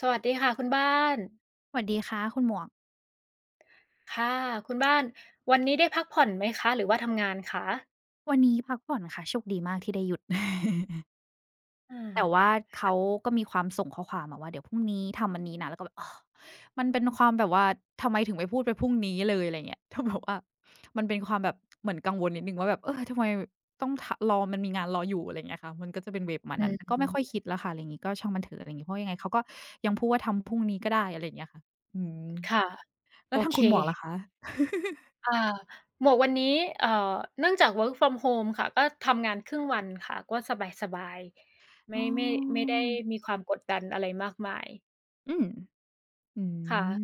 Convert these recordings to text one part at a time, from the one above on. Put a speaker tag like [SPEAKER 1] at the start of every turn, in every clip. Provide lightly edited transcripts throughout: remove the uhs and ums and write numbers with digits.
[SPEAKER 1] สวัสดีค่ะคุณบ้าน
[SPEAKER 2] สวัสดีค่ะคุณหมวก
[SPEAKER 1] ค่ะคุณบ้านวันนี้ได้พักผ่อนไหมคะหรือว่าทำงานคะ
[SPEAKER 2] วันนี้พักผ่อนค่ะโชคดีมากที่ได้หยุด
[SPEAKER 1] อา
[SPEAKER 2] แต่ว่าเขาก็มีความส่งข้อความมาว่าเดี๋ยวพรุ่งนี้ทำอันนี้นะแล้วก็แบบอ้อมันเป็นความแบบว่าทำไมถึงไม่พูดไปพรุ่งนี้เลยอะไรเงี้ย ถ้าแบบว่ามันเป็นความแบบเหมือนกังวลนิดนึงว่าแบบเออทำไมต้องทะรอมันมีงานรออยู่อะไรเงี้ยค่ะมันก็จะเป็นเวย์มา
[SPEAKER 1] อื
[SPEAKER 2] นั้นแต่ก็ไม่ค่อย
[SPEAKER 1] ม
[SPEAKER 2] คิดแล้วค่ะอะไรอย่างงี้ก็ช่างมันเถอะอะไรอย่างงี้เพราะยังไงเขาก็ยังพูดว่าทำพรุ่งนี้ก็ได้อะไรอย่างเงี้ยค่ะอืม
[SPEAKER 1] ค่ะโอ
[SPEAKER 2] แล้วทาง
[SPEAKER 1] เค
[SPEAKER 2] คุณหมวกล่ะคะ
[SPEAKER 1] อาหมวกวันนี้เนื่องจาก work from home ค่ะก็ทำงานครึ่งวันค่ะก็สบายๆ
[SPEAKER 2] อ๋
[SPEAKER 1] ไม่
[SPEAKER 2] อ
[SPEAKER 1] ได้มีความกดดันอะไรมากมาย
[SPEAKER 2] อืม อื
[SPEAKER 1] ค่ะ
[SPEAKER 2] ม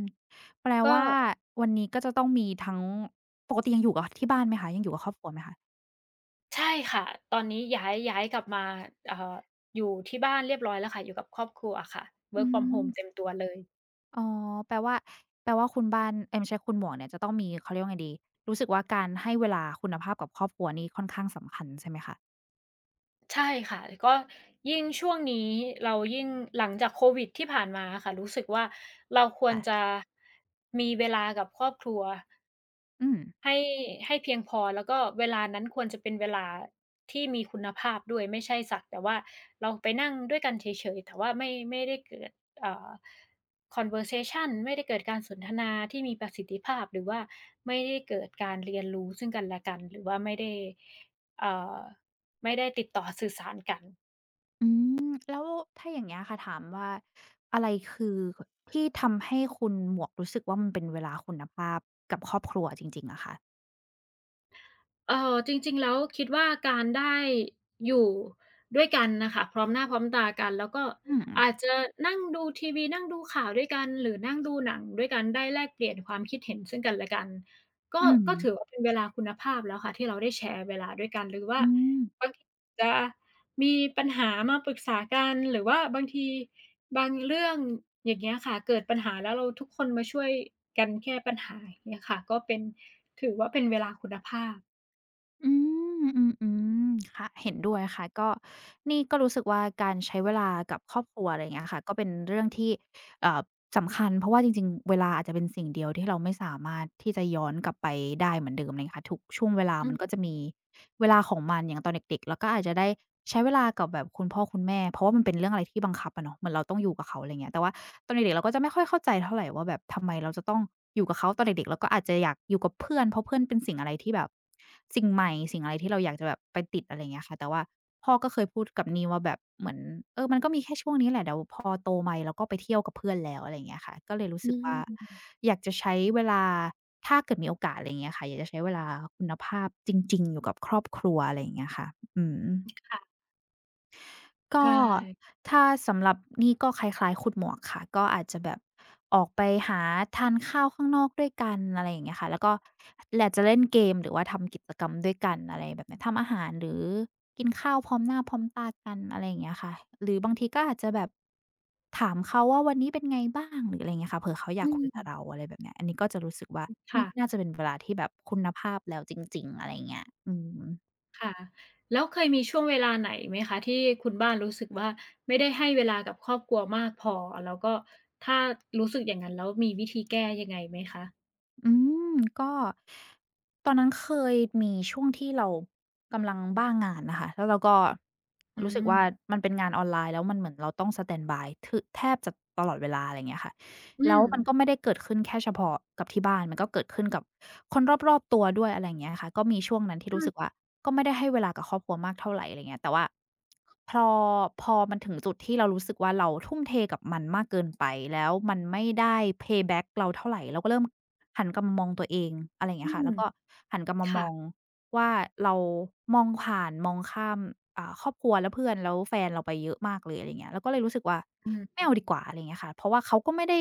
[SPEAKER 2] แปล
[SPEAKER 1] ก็
[SPEAKER 2] ว่าวันนี้ก็จะต้องมีทั้งปกติยังอยู่กับที่บ้านไหมคะยังอยู่กับครอบครัวไหมคะ
[SPEAKER 1] ใช่ค่ะตอนนี้ย้ายกลับมาเอ่ออยู่ที่บ้านเรียบร้อยแล้วค่ะอยู่กับครอบครัวค่ะ
[SPEAKER 2] อื
[SPEAKER 1] work from
[SPEAKER 2] ม
[SPEAKER 1] home เต็มตัวเลย
[SPEAKER 2] อ๋อแปลว่าแปลว่าคุณบ้านเอ๊ยไม่ใช่คุณหมวกเนี่ยจะต้องมีเขาเรียกว่าไงดีรู้สึกว่าการให้เวลาคุณภาพกับครอบครัวนี่ค่อนข้างสำคัญใช่ไหมคะ
[SPEAKER 1] ใช่ค่ะก็ยิ่งช่วงนี้เรายิ่งหลังจากโควิดที่ผ่านมาอะค่ะรู้สึกว่าเราควร
[SPEAKER 2] ค่ะ
[SPEAKER 1] จะมีเวลากับครอบครัว
[SPEAKER 2] อืม
[SPEAKER 1] ให้ให้เพียงพอแล้วก็เวลานั้นควรจะเป็นเวลาที่มีคุณภาพด้วยไม่ใช่สักแต่ว่าเราไปนั่งด้วยกันเฉยๆแต่ว่าไม่ไม่ได้เกิดเอ่อ conversation ไม่ได้เกิดการสนทนาที่มีประสิทธิภาพหรือว่าไม่ได้เกิดการเรียนรู้ซึ่งกันและกันหรือว่าไม่ได้เอ่อไม่ได้ติดต่อสื่อสารกัน
[SPEAKER 2] อืมแล้วถ้าอย่างเงี้ยค่ะถามว่าอะไรคือคที่ทำให้คุณหมวกรู้สึกว่ามันเป็นเวลาคุณภาพกับครอบครัวจริงๆอะคะ
[SPEAKER 1] จริงๆแล้วคิดว่าการได้อยู่ด้วยกันน่ะค่ะพร้อมหน้าพร้อมตากันแล้วก็
[SPEAKER 2] อืม
[SPEAKER 1] อาจจะนั่งดูทีวีนั่งดูข่าวด้วยกันหรือนั่งดูหนังด้วยกันได้แลกเปลี่ยนความคิดเห็นซึ่งกันและกันก็
[SPEAKER 2] อืม
[SPEAKER 1] ก็ถือว่าเป็นเวลาคุณภาพแล้วค่ะที่เราได้แชร์เวลาด้วยกันหรือว่า
[SPEAKER 2] อืม
[SPEAKER 1] บางทีจะมีปัญหามาปรึกษากันหรือว่าบางทีบางเรื่องอย่างเงี้ยค่ะเกิดปัญหาแล้วเราทุกคนมาช่วยกันแก้ปัญหาอย่างเงี้ยค่ะก็เป็นถือว่าเป็นเวลาคุณภาพ
[SPEAKER 2] อืมอืมอืมค่ะเห็นด้วยค่ะก็นี่ก็รู้สึกว่าการใช้เวลากับครอบครัวอะไรอย่างเงี้ยค่ะก็เป็นเรื่องที่เอ่อสำคัญเพราะว่าจริงๆเวลาอาจจะเป็นสิ่งเดียวที่เราไม่สามารถที่จะย้อนกลับไปได้เหมือนเดิมไรเงี้ยค่ะทุกช่วงเวลา
[SPEAKER 1] อื
[SPEAKER 2] มั
[SPEAKER 1] ม
[SPEAKER 2] นก็จะมีเวลาของมันอย่างตอนเด็กๆเราก็อาจจะได้ใช้เวลากับแบบคุณพ่อคุณแม่เพราะว่ามันเป็นเรื่องอะไรที่บังคับอะเนาะเหมือนเราต้องอยู่กับเขาอะไรเงี้ยแต่ว่าตอนเด็กๆเราก็จะไม่ค่อยเข้าใจเท่าไรว่าแบบทำไมเราจะต้องอยู่กับเขาตอนเด็กๆเราก็อาจจะอยากอยู่กับเพื่อนเพราะเพื่อนเป็นสิ่งอะไรที่แบบ สิ่งใหม่สิ่งอะไรที่เราอยากจะแบบไปติดอะไรอย่างเงี้ยค่ะแต่ว่าพ่อก็เคยพูดกับนีว่าแบบเหมือนเออมันก็มีแค่ช่วงนี้แหละเดี๋ยวพอโตมาเราก็ไปเที่ยวกับเพื่อนแล้วอะไรอย่างเงี้ยค่ะก็เลยรู้
[SPEAKER 1] อื
[SPEAKER 2] สึกว่า
[SPEAKER 1] ม
[SPEAKER 2] อยากจะใช้เวลาถ้าเกิดมีโอกาสอะไรอย่างเงี้ยค่ะอยากจะใช้เวลาคุณภาพจริงๆอยู่กับครอบครัวอะไรอย่างเงี้ยค่ะอืม
[SPEAKER 1] ค่ะ
[SPEAKER 2] ก็
[SPEAKER 1] ใช่
[SPEAKER 2] ถ้าสำหรับนี่ก็คล้ายๆขุดหมวกค่ะก็อาจจะแบบออกไปหาทานข้าวข้างนอกด้วยกันอะไรอย่างเงี้ยค่ะแล้วก็แหละจะเล่นเกมหรือว่าทำกิจกรรมด้วยกันอะไรแบบเนี้ยทำอาหารหรือกินข้าวพร้อมหน้าพร้อมตากันอะไรอย่างเงี้ยค่ะหรือบางทีก็อาจจะแบบถามเขาว่าวันนี้เป็นไงบ้างหรืออะไรอย่างเงี้ยค่ะเผื่อเขาอยา
[SPEAKER 1] อื
[SPEAKER 2] กคุยกับเรา
[SPEAKER 1] ม
[SPEAKER 2] อะไรแบบเนี้ยอันนี้ก็จะรู้สึกว่านี่น่า
[SPEAKER 1] ค่ะ
[SPEAKER 2] จะเป็นเวลาที่แบบคุณภาพแล้วจริงๆอะไรอย่างเงี้ยอืม
[SPEAKER 1] ค่ะ แล้วเคยมีช่วงเวลาไหนไหมคะที่คุณบ้านรู้สึกว่าไม่ได้ให้เวลากับครอบครัวมากพอ แล้วก็ถ้ารู้สึกอย่างนั้นแล้วมีวิธีแก้ยังไงไหมคะ
[SPEAKER 2] อืมก็ตอนนั้นเคยมีช่วงที่เรากำลังบ้างานน่ะค่ะแล้วเราก็
[SPEAKER 1] อื
[SPEAKER 2] รู้สึก
[SPEAKER 1] ม
[SPEAKER 2] ว่ามันเป็นงานออนไลน์แล้วมันเหมือนเราต้องสแตนด์บายทึแทบจะตลอดเวลาอะไรอย่างเงี้ยค่ะ
[SPEAKER 1] อื
[SPEAKER 2] แล้ว
[SPEAKER 1] ม
[SPEAKER 2] มันก็ไม่ได้เกิดขึ้นแค่เฉพาะกับที่บ้านมันก็เกิดขึ้นกับคนรอบๆตัวด้วยอะไรอย่างเงี้ยค่ะก็มีช่วงนั้นที่
[SPEAKER 1] อื
[SPEAKER 2] รู้
[SPEAKER 1] ม
[SPEAKER 2] สึกว่า ก็ไม่ได้ให้เวลากับครอบครัวมากเท่าไรอะไรเงี้ยแต่ว่าพอพอมันถึงจุดที่เรารู้สึกว่าเราทุ่มเทกับมันมากเกินไปแล้วมันไม่ได้ pay back เราเท่าไรเราก็เริ่มหันกลับมามองตัวเองอะไรอย่าง
[SPEAKER 1] อื
[SPEAKER 2] เงี้ยค่ะ
[SPEAKER 1] ม
[SPEAKER 2] แล้วก็หันกลับมาม
[SPEAKER 1] ค่ะ
[SPEAKER 2] องว่าเรามองผ่านมองข้ามครอบครัวและเพื่อนแล้วแฟนเราไปเยอะมากเลยอะไรเงี้ยเราก็เลยรู้สึกว่า
[SPEAKER 1] อื
[SPEAKER 2] ไม่
[SPEAKER 1] ม
[SPEAKER 2] เอาดีกว่าอะไรเงี้ยค่ะเพราะว่าเขาก็ไม่ได้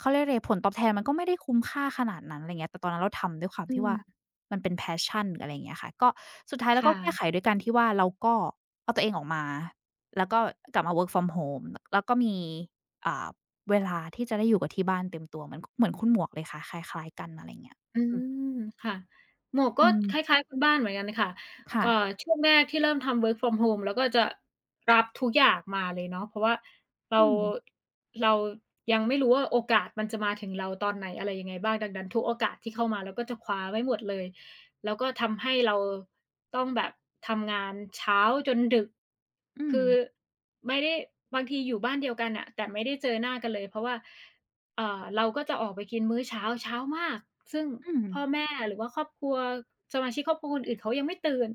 [SPEAKER 2] เขาเรียกไรผลตอบแทนมันก็ไม่ได้คุ้มค่าขนาดนั้นอะไรเงี้ยแต่ตอนนั้นเราทำด้วยความ
[SPEAKER 1] อื
[SPEAKER 2] ที่ว่า
[SPEAKER 1] ม
[SPEAKER 2] มันเป็น passion หรืออะไรอย่างเงี้ยค่ะก็สุดท้ายแล้ว
[SPEAKER 1] ค่ะ
[SPEAKER 2] ก็แก้ไขด้วยการที่ว่าเราก็เอาตัวเองออกมาแล้วก็กลับมา work from home แล้วก็มีอ่าเวลาที่จะได้อยู่กับที่บ้านเต็มตัวเหมือนคุณหมวกเลยค่ะคล้ายๆกันอะไรอย่างเงี้ย
[SPEAKER 1] อื
[SPEAKER 2] อืม
[SPEAKER 1] มค่ะหมวกก็
[SPEAKER 2] อืม
[SPEAKER 1] คล้ายๆคุณบ้านเหมือนกันค่ะเอ่
[SPEAKER 2] ค่ะ
[SPEAKER 1] อช่วงแรกที่เริ่มทำ work from home เราก็จะรับทุกอย่างมาเลยเนาะเพราะว่าเรา
[SPEAKER 2] อืม
[SPEAKER 1] เรายังไม่รู้ว่าโอกาสมันจะมาถึงเราตอนไหนอะไรยังไงบ้างดังนั้นทุกโอกาสที่เข้ามาเราก็จะคว้าไว้หมดเลยแล้วก็ทำให้เราต้องแบบทำงานเช้าจนดึก
[SPEAKER 2] อืม
[SPEAKER 1] คือไม่ได้บางทีอยู่บ้านเดียวกันน่ะแต่ไม่ได้เจอหน้ากันเลยเพราะว่า เราก็จะออกไปกินมื้อเช้าเช้ามากซึ่ง
[SPEAKER 2] อืม
[SPEAKER 1] พ่อแม่หรือว่าครอบครัวสมาชิกครอบครัวคนอื่นเขายังไม่ตื่น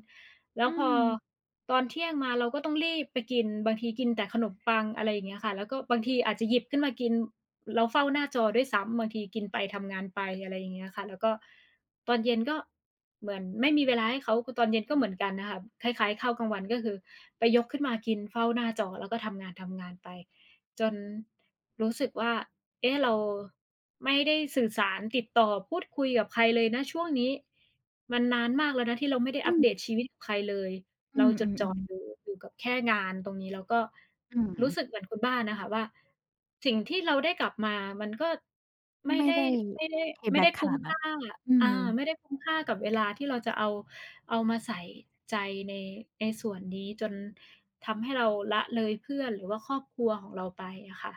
[SPEAKER 1] แล้ว
[SPEAKER 2] อื
[SPEAKER 1] พอ
[SPEAKER 2] ม
[SPEAKER 1] ตอนเที่ยงมาเราก็ต้องรีบไปกินบางทีกินแต่ขนมปังอะไรอย่างเงี้ยค่ะแล้วก็บางทีอาจจะหยิบขึ้นมากินแล้วเฝ้าหน้าจอด้วยซ้ำบางทีกินไปทำงานไปอะไรอย่างเงี้ยค่ะแล้วก็ตอนเย็นก็เหมือนไม่มีเวลาให้เขาคือตอนเย็นก็เหมือนกันน่ะค่ะคล้ายๆข้าวกลางวันก็คือไปยกขึ้นมากินเฝ้าหน้าจอแล้วก็ทำงานๆไปจนรู้สึกว่า เอ๊ะเราไม่ได้สื่อสารติดต่อพูดคุยกับใครเลยนะช่วงนี้มันนานมากแล้วนะที่เราไม่ได้
[SPEAKER 2] อื
[SPEAKER 1] อัป
[SPEAKER 2] ม
[SPEAKER 1] เดตชีวิตกับใครเลย
[SPEAKER 2] อื
[SPEAKER 1] เราจด
[SPEAKER 2] ม
[SPEAKER 1] จ่ออยู่
[SPEAKER 2] ๆๆ
[SPEAKER 1] อยู่กับแค่งานตรงนี้แล้วก็
[SPEAKER 2] อืม
[SPEAKER 1] รู้สึกเหมือนคุณบ้านน่ะค่ะว่าสิ่งที่เราได้กลับมามันก็ไม่
[SPEAKER 2] ไม่
[SPEAKER 1] ได้
[SPEAKER 2] ได้
[SPEAKER 1] ไม่ได้ไม่ได้
[SPEAKER 2] payback ข
[SPEAKER 1] คุ้ม
[SPEAKER 2] นาดนั้น
[SPEAKER 1] ค่า
[SPEAKER 2] อื
[SPEAKER 1] อา
[SPEAKER 2] ม
[SPEAKER 1] ไม่ได้คุ้มค่ากับเวลาที่เราจะเอามาใส่ใจในในส่วนนี้จน ทำให้เราละเลยเพื่อนหรือว่าครอบครัวของเราไปอะค่ะ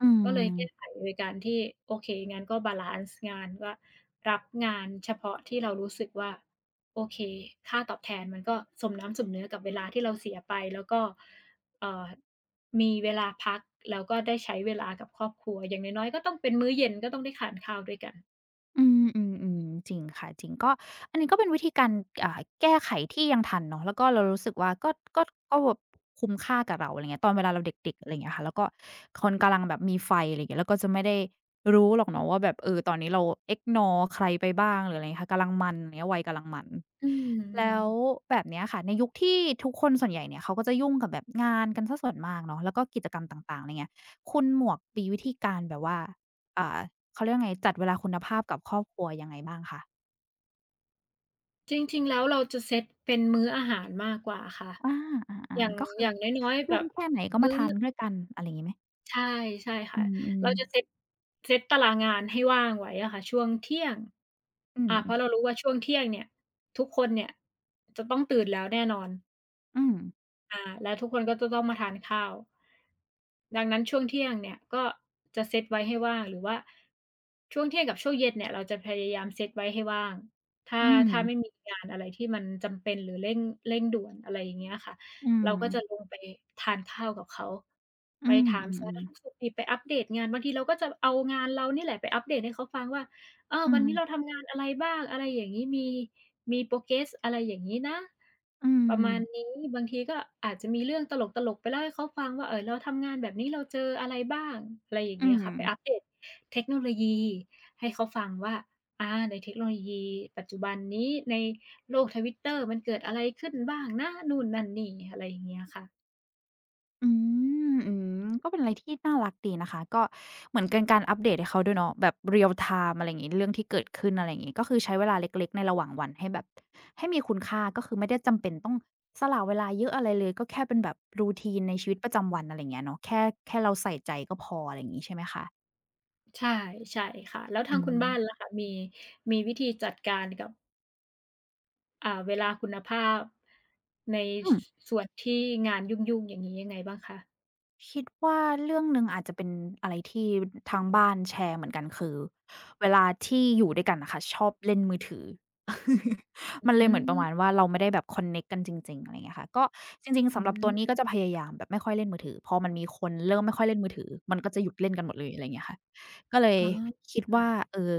[SPEAKER 2] อื
[SPEAKER 1] ก็เลยแก้ไข
[SPEAKER 2] ม
[SPEAKER 1] โดยการที่โอเคงั้นก็บาลันซ์งานก็รับงานเฉพาะที่เรารู้สึกว่าโอเคค่าตอบแทนมันก็สมน้ำสมเนื้อกับเวลาที่เราเสียไปแล้วก็เอ่อมีเวลาพักแล้วก็ได้ใช้เวลากับครอบครัวอย่างน้อยๆก็ต้องเป็นมื้อเย็นก็ต้องได้ทานข้าวด้วยกัน
[SPEAKER 2] อืมอืมอืมจริงค่ะจริงก็อันนี้ก็เป็นวิธีการแก้ไขที่ยังทันเนาะแล้วก็เรารู้สึกว่าก็ก็แบบคุ้มค่ากับเราอะไรเงี้ยตอนเวลาเราเด็กๆอะไรเงี้ยค่ะแล้วก็คนกำลังแบบมีไฟอะไรเงี้ยแล้วก็จะไม่ได้รู้หรอกเนาะว่าแบบเออตอนนี้เราเอ็ o r e ใครไปบ้างหรืออะไรเงี้ยค่ะกำลังมันอะไางเงี้ยวัยกำลังมัน
[SPEAKER 1] อื
[SPEAKER 2] แล้ว
[SPEAKER 1] ม
[SPEAKER 2] แบบเนี้ยค่ะในยุคที่ทุกคนส่วนใหญ่เนี่ยเขาก็จะยุ่งกับแบบงานกันซะส่วนมากเนาะแล้วก็กิจกรรมต่างๆอะไรเงี้ยคุณหมวกมีวิธีการแบบว่า เขาเรียกว่าไงจัดเวลาคุณภาพกับครอบครัวยังไงบ้างคะ
[SPEAKER 1] จริงๆแล้วเราจะเซตเป็นมื้ออาหารมากกว่าค่ะ
[SPEAKER 2] อาอา
[SPEAKER 1] อย่าง
[SPEAKER 2] ๆก็คื
[SPEAKER 1] อ
[SPEAKER 2] อ
[SPEAKER 1] ย่างน้อยๆแบ
[SPEAKER 2] ยุ่ง
[SPEAKER 1] บ
[SPEAKER 2] แค่ไหนก็มา
[SPEAKER 1] มื้อ
[SPEAKER 2] ทานด้วยกันอะไรอย่างงี้ไหม
[SPEAKER 1] ใช่ใช่
[SPEAKER 2] อื
[SPEAKER 1] ค่ะ
[SPEAKER 2] ม
[SPEAKER 1] เราจะเซต
[SPEAKER 2] ๆ
[SPEAKER 1] เซตตารางงานให้ว่างไว้อะค่ะช่วงเที่ยง
[SPEAKER 2] อื
[SPEAKER 1] อา
[SPEAKER 2] ม
[SPEAKER 1] เพราะเรารู้ว่าช่วงเที่ยงเนี่ยทุกคนเนี่ยจะต้องตื่นแล้วแน่นอน
[SPEAKER 2] อืม
[SPEAKER 1] อาแล้วทุกคนก็จะต้องมาทานข้าว ดังนั้นช่วงเที่ยงเนี่ยก็จะเซตไว้ให้ว่างหรือว่าช่วงเที่ยงกับช่วงเย็นเนี่ยเราจะพยายามเซตไว้ให้ว่างถ้า
[SPEAKER 2] อืม
[SPEAKER 1] ถ้าไม่มีงานอะไรที่มันจำเป็นหรือเร่งด่วนอะไรอย่างเงี้ยค่ะ
[SPEAKER 2] อื
[SPEAKER 1] เรา
[SPEAKER 2] ม
[SPEAKER 1] ก็จะลงไปทานข้าวกับเขา
[SPEAKER 2] อื
[SPEAKER 1] ไป
[SPEAKER 2] ม
[SPEAKER 1] ถาม
[SPEAKER 2] อื
[SPEAKER 1] สา
[SPEAKER 2] ม
[SPEAKER 1] รทุกข์สุกดิบไปอัปเดตงานบางทีเราก็จะเอางานเรานี่แหละไปอัปเดตให้เขาฟังว่า เออ
[SPEAKER 2] ๆอื
[SPEAKER 1] วัน
[SPEAKER 2] ม
[SPEAKER 1] นี้เราทำงานอะไรบ้างอะไรอย่างงี้มีมี progress อะไรอย่างงี้นะ
[SPEAKER 2] อื
[SPEAKER 1] ประ
[SPEAKER 2] ม
[SPEAKER 1] มาณนี้บางทีก็อาจจะมีเรื่องตลกๆไปเล่าให้เขาฟังว่าเออเราทำงานแบบนี้เราเจออะไรบ้างอะไรอย่าง
[SPEAKER 2] อื
[SPEAKER 1] เงี้ย
[SPEAKER 2] ม
[SPEAKER 1] ค่ะไปอัปเดตเทคโนโลยีให้เขาฟังว่าอาในเทคโนโลยีปัจจุบันนี้ในโลก Twitter มันเกิดอะไรขึ้นบ้างนะนู่นนั่นนี่อะไรอย่างเงี้ยค่ะ
[SPEAKER 2] อืมอืมก็เป็นอะไรที่น่ารักดีนะคะก็เหมือนเป็นการอัปเดตให้เขาด้วยเนาะแบบ real time อะไรอย่างงี้เรื่องที่เกิดขึ้นอะไรอย่างงี้ก็คือใช้เวลาเล็กๆในระหว่างวันให้แบบให้มีคุณค่าก็คือไม่ได้จำเป็นต้องสละเวลาเยอะอะไรเลยก็แค่เป็นแบบ routine ในชีวิตประจำวันอะไรอย่างเงี้ยเนาะแค่เราใส่ใจก็พออะไรอย่างงี้ใช่ไหมคะ
[SPEAKER 1] ใช่ใช่ค่ะแล้วทา
[SPEAKER 2] อื
[SPEAKER 1] งคุณ
[SPEAKER 2] ม
[SPEAKER 1] บ้านล่ะคะมีวิธีจัดการกับ เวลาคุณภาพใน
[SPEAKER 2] อื
[SPEAKER 1] ส
[SPEAKER 2] ม
[SPEAKER 1] ส่วนที่งานยุ่งๆอย่างงี้ยังไงบ้างคะ
[SPEAKER 2] คิดว่าเรื่องหนึ่งอาจจะเป็นอะไรที่ทางบ้านแชร์เหมือนกันคือเวลาที่อยู่ด้วยกันน่ะค่ะชอบเล่นมือถือ
[SPEAKER 1] อ
[SPEAKER 2] มันเล
[SPEAKER 1] ื
[SPEAKER 2] ยเหมือนประมาณ
[SPEAKER 1] ม
[SPEAKER 2] ว่าเราไม่ได้แบบคอนเน็กต์กันจริงๆอะไรอย่างเงี้ยค่ะก็จริงๆ
[SPEAKER 1] อื
[SPEAKER 2] สำหรับตัวนี้
[SPEAKER 1] ม
[SPEAKER 2] ก็จะพยายามแบบไม่ค่อยเล่นมือถือพอมันมีคนเริ่มไม่ค่อยเล่นมือถือมันก็จะหยุดเล่นกันหมดเลยอะไรอย่างเงี้ยค่ะก็เลย
[SPEAKER 1] อ๋อ
[SPEAKER 2] คิด
[SPEAKER 1] ค่ะ
[SPEAKER 2] ว่าเอ่อ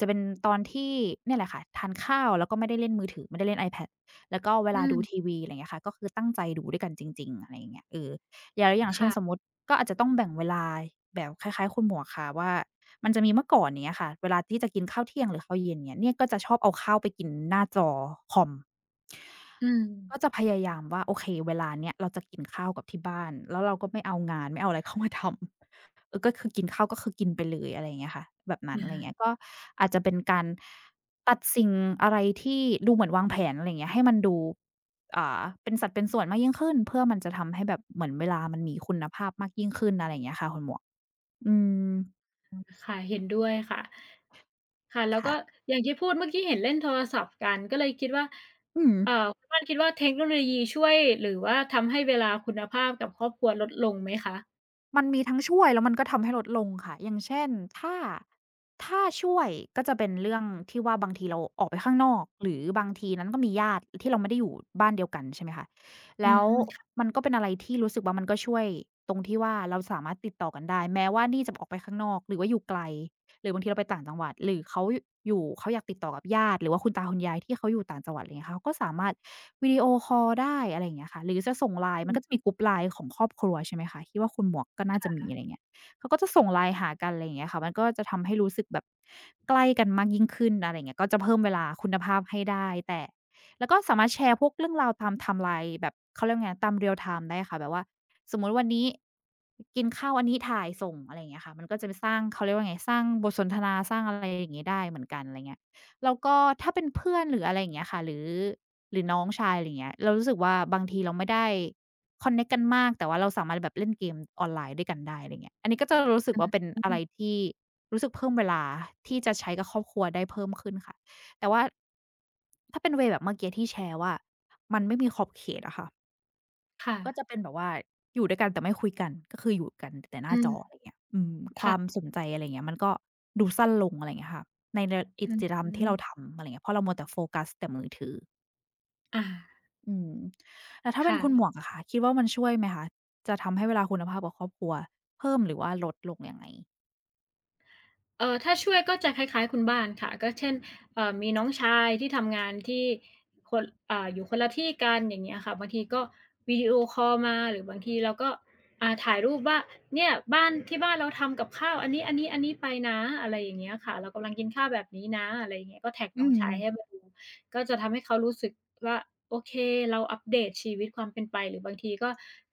[SPEAKER 2] จะเป็นตอนที่เนี่ยแหละค่ะทานข้าวแล้วก็ไม่ได้เล่นมือถือไม่ได้เล่น iPad แล้วก็เว
[SPEAKER 1] อื
[SPEAKER 2] ลา
[SPEAKER 1] ม
[SPEAKER 2] ดูทีวีอะไรอย่างเงี้ยค่ะก็คือตั้งใจดูด้วยกันจริงๆอะไรอย่างเงี้ยเออ อย่างเช่นสม
[SPEAKER 1] ค่ะ
[SPEAKER 2] มุติก็อาจจะต้องแบ่งเวลาแบบคล้ายๆคุณหมวกค่ะว่ามันจะมีเมื่อก่อนอย่างเงี้ยค่ะเวลาที่จะกินข้าวเที่ยงหรือข้าวเย็นเงี้ยเนี่ยก็จะชอบเอาข้าวไปกินหน้าจอคอม
[SPEAKER 1] อืม
[SPEAKER 2] ก็จะพยายามว่าโอเคเวลาเนี้ยเราจะกินข้าวกับที่บ้านแล้วเราก็ไม่เอางานไม่เอาอะไรเข้ามาทำ เออก็คือกินข้าวก็คือกินไปเลยอะไรอย่างเงี้ยค่ะแบบนั้นอะไร
[SPEAKER 1] อา
[SPEAKER 2] เงี้ยก็อาจจะเป็นการตัดสิ่งอะไรที่ดูเหมือนวางแผนอะไรอย่างเงี้ยให้มันดูเป็นสัดเป็นส่วนมากยิ่งขึ้นเพื่อมันจะทำให้แบบเหมือนเวลามันมีคุณภาพมากยิ่งขึ้นอะไรอย่างเงี้ยค่ะคุณหมวกอืม
[SPEAKER 1] ค่ะเห็นด้วยค่ะค่ะแล้วก็
[SPEAKER 2] ค่ะ
[SPEAKER 1] อย่างที่พูดเมื่อกี้เห็นเล่นโทรศัพท์กันก็เลยคิดว่า
[SPEAKER 2] อืม
[SPEAKER 1] เอ่อคุณบ้านคิดว่าเทคโนโลยีช่วยหรือว่าทำให้เวลาคุณภาพกับครอบครัวลดลงไหมคะ
[SPEAKER 2] มันมีทั้งช่วยแล้วมันก็ทำให้ลดลงค่ะ อย่างเช่นถ้าถ้าช่วยก็จะเป็นเรื่องที่ว่าบางทีเราออกไปข้างนอกหรือบางทีนั้นก็มีญาติที่เราไม่ได้อยู่บ้านเดียวกันใช่ไหมคะ
[SPEAKER 1] อื
[SPEAKER 2] แล้ว
[SPEAKER 1] ม
[SPEAKER 2] มันก็เป็นอะไรที่รู้สึกว่ามันก็ช่วยตรงที่ว่าเราสามารถติดต่อกันได้แม้ว่านี่จะออกไปข้างนอกหรือว่าอยู่ไกลหรือบางทีเราไปต่างจังหวัดหรือเขายอยู่เขาอยากติดต่อกับญาติหรือว่าคุณตาคุณยายที่เขาอยู่ต่างจังหวัดไรเงี้ยค่ะเขาก็สามารถ วิดีโอคอลได้อะไรอย่างเงี้ยค่ะหรือจะส่ง LINE มันก็จะมี group LINE ของครอบครัวใช่ไหมคะคิดว่าคุณหมวกก็น่าจะมีอะไร
[SPEAKER 1] ค่ะ
[SPEAKER 2] เงี้ยเขาก็จะส่ง LINE หากันอะไรอย่างเงี้ยค่ะมันก็จะทำให้รู้สึกแบบใกล้กันมากยิ่งขึ้นอะไรอย่างเงี้ยก็จะเพิ่มเวลาคุณภาพให้ได้แต่แล้วก็สามารถแชร์พวกเรื่องราวตามไทม์ไลน์แบบเขาเรียกว่าไงตาม real time ได้ค่ะแบบว่าสมมุติวันนี้กินข้าวอันนี้ถ่ายส่งอะไรอย่างเงี้ยค่ะมันก็จะไปสร้างเขาเรียกว่าไงสร้างบทสนทนาสร้างอะไรอย่างงี้ได้เหมือนกันอะไรเงี้ย แล้วก็ถ้าเป็นเพื่อนหรืออะไรอย่างเงี้ยค่ะหรือน้องชายอะไรอย่างเงี้ยเรารู้สึกว่าบางทีเราไม่ได้คอนเน็กต์กันมากแต่ว่าเราสามารถแบบเล่นเกมออนไลน์ด้วยกันได้อะไรอย่างเงี้ยอันนี้ก็จะรู้สึ
[SPEAKER 1] อื
[SPEAKER 2] ก
[SPEAKER 1] ม
[SPEAKER 2] ว่าเป็น
[SPEAKER 1] อื
[SPEAKER 2] อะไร
[SPEAKER 1] ม
[SPEAKER 2] ที่รู้สึกเพิ่มเวลาที่จะใช้กับครอบครัวได้เพิ่มขึ้นค่ะแต่ว่าถ้าเป็นเวย์แบบเมื่อกี้ที่แชร์ว่ามันไม่มีขอบเขตอะค่ะ
[SPEAKER 1] ค่ะ
[SPEAKER 2] ก็จะเป็นแบบว่าอยู่ด้วยกันแต่ไม่คุยกันก็คืออยู่กันแต่หน้า
[SPEAKER 1] อื
[SPEAKER 2] จออะ
[SPEAKER 1] ม
[SPEAKER 2] ไรเงี้ยอืมความ
[SPEAKER 1] ค่ะ
[SPEAKER 2] สนใจอะไรเงี้ยมันก็ดูสั้นลงอะไรเงี้ยค่ะในกิจกร
[SPEAKER 1] อือ
[SPEAKER 2] รมที่เราทำอะไรเงี้ยเพราะเรามัวแต่โฟกัสแต่มือถือ
[SPEAKER 1] อา
[SPEAKER 2] อืมแล้วถ้าเป็น
[SPEAKER 1] ค่ะ
[SPEAKER 2] คุณหมวกอะค่ะคิดว่ามันช่วยไหมคะจะทำให้เวลาคุณภาพกับครอบครัวเพิ่มหรือว่าลดลงยังไง
[SPEAKER 1] ถ้าช่วยก็จะคล้ายๆคุณบ้านค่ะก็เช่นมีน้องชายที่ทำงานที่คนอยู่คนละที่กันอย่างเงี้ยค่ะบางทีก็วิดีโอคอลมาหรือบางทีเราก็ถ่ายรูปว่าเนี่ยบ้านที่บ้านเราทำกับข้าวอันนี้ๆๆไปนะอะไรอย่างเงี้ยค่ะเรากำลังกินข้าวแบบนี้นะอะไรอย่างเงี้ยก็แท็กน้
[SPEAKER 2] อื
[SPEAKER 1] อง
[SPEAKER 2] ม
[SPEAKER 1] ชายให้มาดูก็จะทำให้เขารู้สึกว่าโอเคเราอัปเดตชีวิตความเป็นไปหรือบางทีก็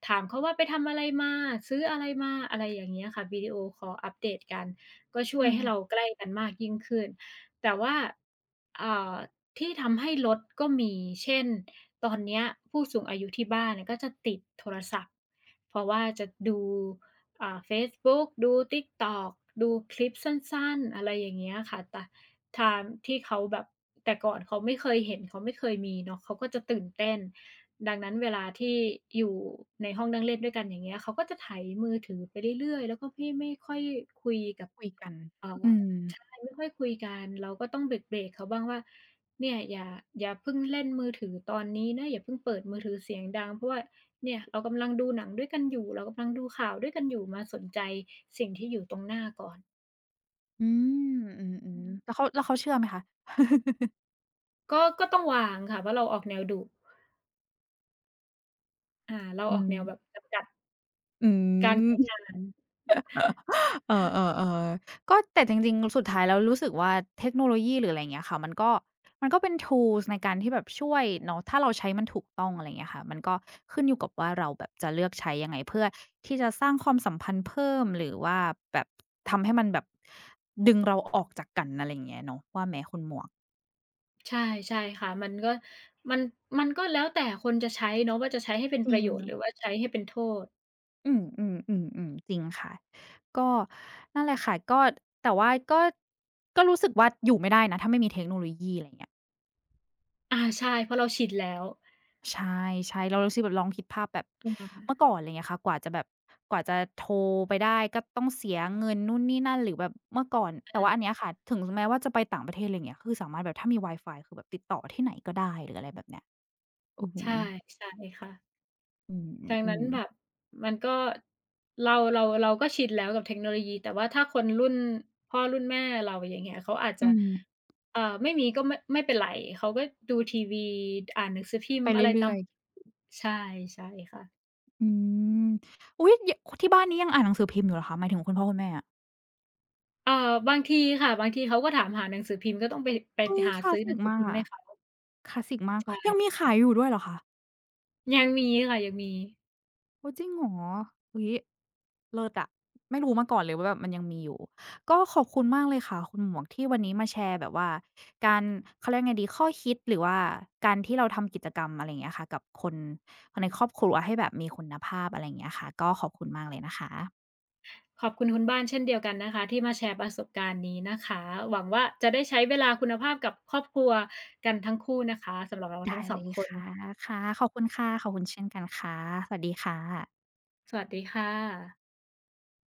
[SPEAKER 1] ถามเขาว่าไปทำอะไรมาซื้ออะไรมาอะไรอย่างเงี้ยค่ะวิดีโอคอลอัปเดตกัน ก็ช่วย
[SPEAKER 2] อืม
[SPEAKER 1] ให้เราใกล้กันมากยิ่งขึ้น แต่ว่าอ่าที่ทำให้ลดก็มี เช่นตอนเนี้ยผู้สูงอายุที่บ้านเนี่ยก็จะติดโทรศัพท์ เพราะว่าจะดูเฟซบุ๊กดู TikTok ดูคลิปสั้นๆ อะไรอย่างเงี้ยค่ะทางที่เขาแบบ แต่ก่อนเขาไม่เคยเห็นเขาไม่เคยมีเนาะเขาก็จะตื่นเต้น ดังนั้นเวลาที่อยู่ในห้องนั่งเล่นด้วยกันอย่างเงี้ยเขาก็จะไถมือถือไปเรื่อยๆแล้วก็ไม่ค่อยคุยกับ
[SPEAKER 2] คุยกัน
[SPEAKER 1] อ๋อ
[SPEAKER 2] อืม
[SPEAKER 1] ใช่ไม่ค่อยคุยกันเราก็ต้องเบรกๆเขาบ้างว่าเนี่ยอย่าอย่าเพิ่งเล่นมือถือตอนนี้นะอย่าเพิ่งเปิดมือถือเสียงดังเพราะว่าเนี่ยเรากำลังดูหนังด้วยกันอยู่เรากำลังดูข่าวด้วยกันอยู่มาสนใจสิ่งที่อยู่ตรงหน้าก่อน
[SPEAKER 2] อืมอื
[SPEAKER 1] อื
[SPEAKER 2] อๆ
[SPEAKER 1] ม
[SPEAKER 2] แล้วเขาเชื่อไหมคะ
[SPEAKER 1] ก็ต้องวางค่ะเพราะเราออกแนวดุเราอ
[SPEAKER 2] อื
[SPEAKER 1] อกแน
[SPEAKER 2] ม
[SPEAKER 1] วแบบจำกัด
[SPEAKER 2] อื
[SPEAKER 1] การใช้
[SPEAKER 2] ม
[SPEAKER 1] งาน
[SPEAKER 2] เออก็แต่จริงๆสุดท้ายแล้วรู้สึกว่าเทคโนโลยีหรืออะไรอย่างเงี้ยค่ะมันก็เป็น tools ในการที่แบบช่วยเนาะถ้าเราใช้มันถูกต้องอะไรอย่างเงี้ยค่ะมันก็ขึ้นอยู่กับว่าเราแบบจะเลือกใช้ยังไงเพื่อที่จะสร้างความสัมพันธ์เพิ่มหรือว่าแบบทำให้มันแบบดึงเราออกจากกันอะไรอย่างเงี้ยเนาะว่าไหมคุณหมวก
[SPEAKER 1] ใช่ใช่ค่ะมันก็มันมันก็แล้วแต่คนจะใช้เนาะว่าจะใช้ให้เป็น
[SPEAKER 2] จ
[SPEAKER 1] ป
[SPEAKER 2] ริ
[SPEAKER 1] ระโย
[SPEAKER 2] ง
[SPEAKER 1] ชน์หรือว่าใช้ให้เป็นโทษ
[SPEAKER 2] อืมๆๆๆจริงค่ะก็นั่นแหละค่ะก็แต่ว่าก็รู้สึกว่าอยู่ไม่ได้นะถ้าไม่มีเทคโนโลยีอะไรอย่างเงี้ย
[SPEAKER 1] อาใช่เพราะเราชินแล้ว
[SPEAKER 2] ใช่ๆเรารู้สึกแบบลองคิดภาพแบบ
[SPEAKER 1] อา
[SPEAKER 2] เมื่
[SPEAKER 1] อ
[SPEAKER 2] อก่อนอะไรเงี้ยค่ะกว่าจะโทรไปได้ก็ต้องเสียเงินนู่นนี่นั่นหรือแบบเมื่อก่อนแต่
[SPEAKER 1] อา
[SPEAKER 2] ว่าอันเนี้ยค่ะถึงแม้ว่าจะไปต่างประเทศอะไรเงี้ยคือสามารถแบบถ้ามีวายฟายคือแบบติดต่อที่ไหนก็ได้หรืออะไรแบบเนี้ยอือฮึ
[SPEAKER 1] ใช่ใช่ค่ะ
[SPEAKER 2] อื
[SPEAKER 1] ดังนั้น
[SPEAKER 2] มๆ
[SPEAKER 1] แบบ
[SPEAKER 2] ๆ
[SPEAKER 1] มันก็เราก็ชินแล้วกับเทคโนโลยี แต่ว่าถ้าคนรุ่นพ่อรุ่นแม่เราอย่างเงี้ยเขาอาจ
[SPEAKER 2] อื
[SPEAKER 1] จะ
[SPEAKER 2] ม
[SPEAKER 1] ไม่มีก็ไม่เป็นไรเขาก็ดูทีวีอ่านหนังสือพิม
[SPEAKER 2] ไป
[SPEAKER 1] พ์อะไรตา
[SPEAKER 2] เรื่
[SPEAKER 1] ม
[SPEAKER 2] อยๆ
[SPEAKER 1] ใช่ใช่ค่ะ
[SPEAKER 2] อืมอุ๊ยยที่บ้านนี้ยังอ่านหนังสือพิมพ์อยู่เหรอคะหมายถึงคุณพ่อคุณแม่อะ
[SPEAKER 1] เอ่อบางทีค่ะบางทีเขาก็ถามหาหนังสือพิมพ์ก็ต้องไปไป
[SPEAKER 2] เฮ้ย
[SPEAKER 1] หา
[SPEAKER 2] คลา
[SPEAKER 1] ซื้
[SPEAKER 2] ส
[SPEAKER 1] อห
[SPEAKER 2] สิ
[SPEAKER 1] นัง
[SPEAKER 2] ก
[SPEAKER 1] สือ
[SPEAKER 2] มาก
[SPEAKER 1] พิมพ์
[SPEAKER 2] อะ
[SPEAKER 1] ให้เขา
[SPEAKER 2] คลาสสิกมาก
[SPEAKER 1] ใช
[SPEAKER 2] ยังมี
[SPEAKER 1] ่
[SPEAKER 2] ขายอยู่ด้วยเหรอคะ
[SPEAKER 1] ยังมีค่ะยังมี
[SPEAKER 2] โอ้จริงเหรออุ๊ยเลิศอะไม่รู้มาก่อนเลยว่าแบบมันยังมีอยู่ก็ขอบคุณมากเลยค่ะคุณหมวกที่วันนี้มาแชร์แบบว่าการเขาเรียกไงดีข้อคิดหรือว่าการที่เราทำกิจกรรมอะไรอย่างเงี้ยค่ะกับคนในครอบครัวให้แบบมีคุณภาพอะไรอย่างเงี้ยค่ะก็ขอบคุณมากเลยนะคะ
[SPEAKER 1] ขอบคุณคุณบ้านเช่นเดียวกันนะคะที่มาแชร์ประสบการณ์นี้นะคะหวังว่าจะได้ใช้เวลาคุณภาพกับครอบครัวกันทั้งคู่นะคะสำหรับเรา
[SPEAKER 2] ได้
[SPEAKER 1] ทั้งสอ
[SPEAKER 2] เล
[SPEAKER 1] ง
[SPEAKER 2] ย
[SPEAKER 1] คน
[SPEAKER 2] ค่ะค่ะขอบคุณค่ะขอบคุณเช่นกันค่ะสวัสดีค่ะ
[SPEAKER 1] สวัสดีค่ะ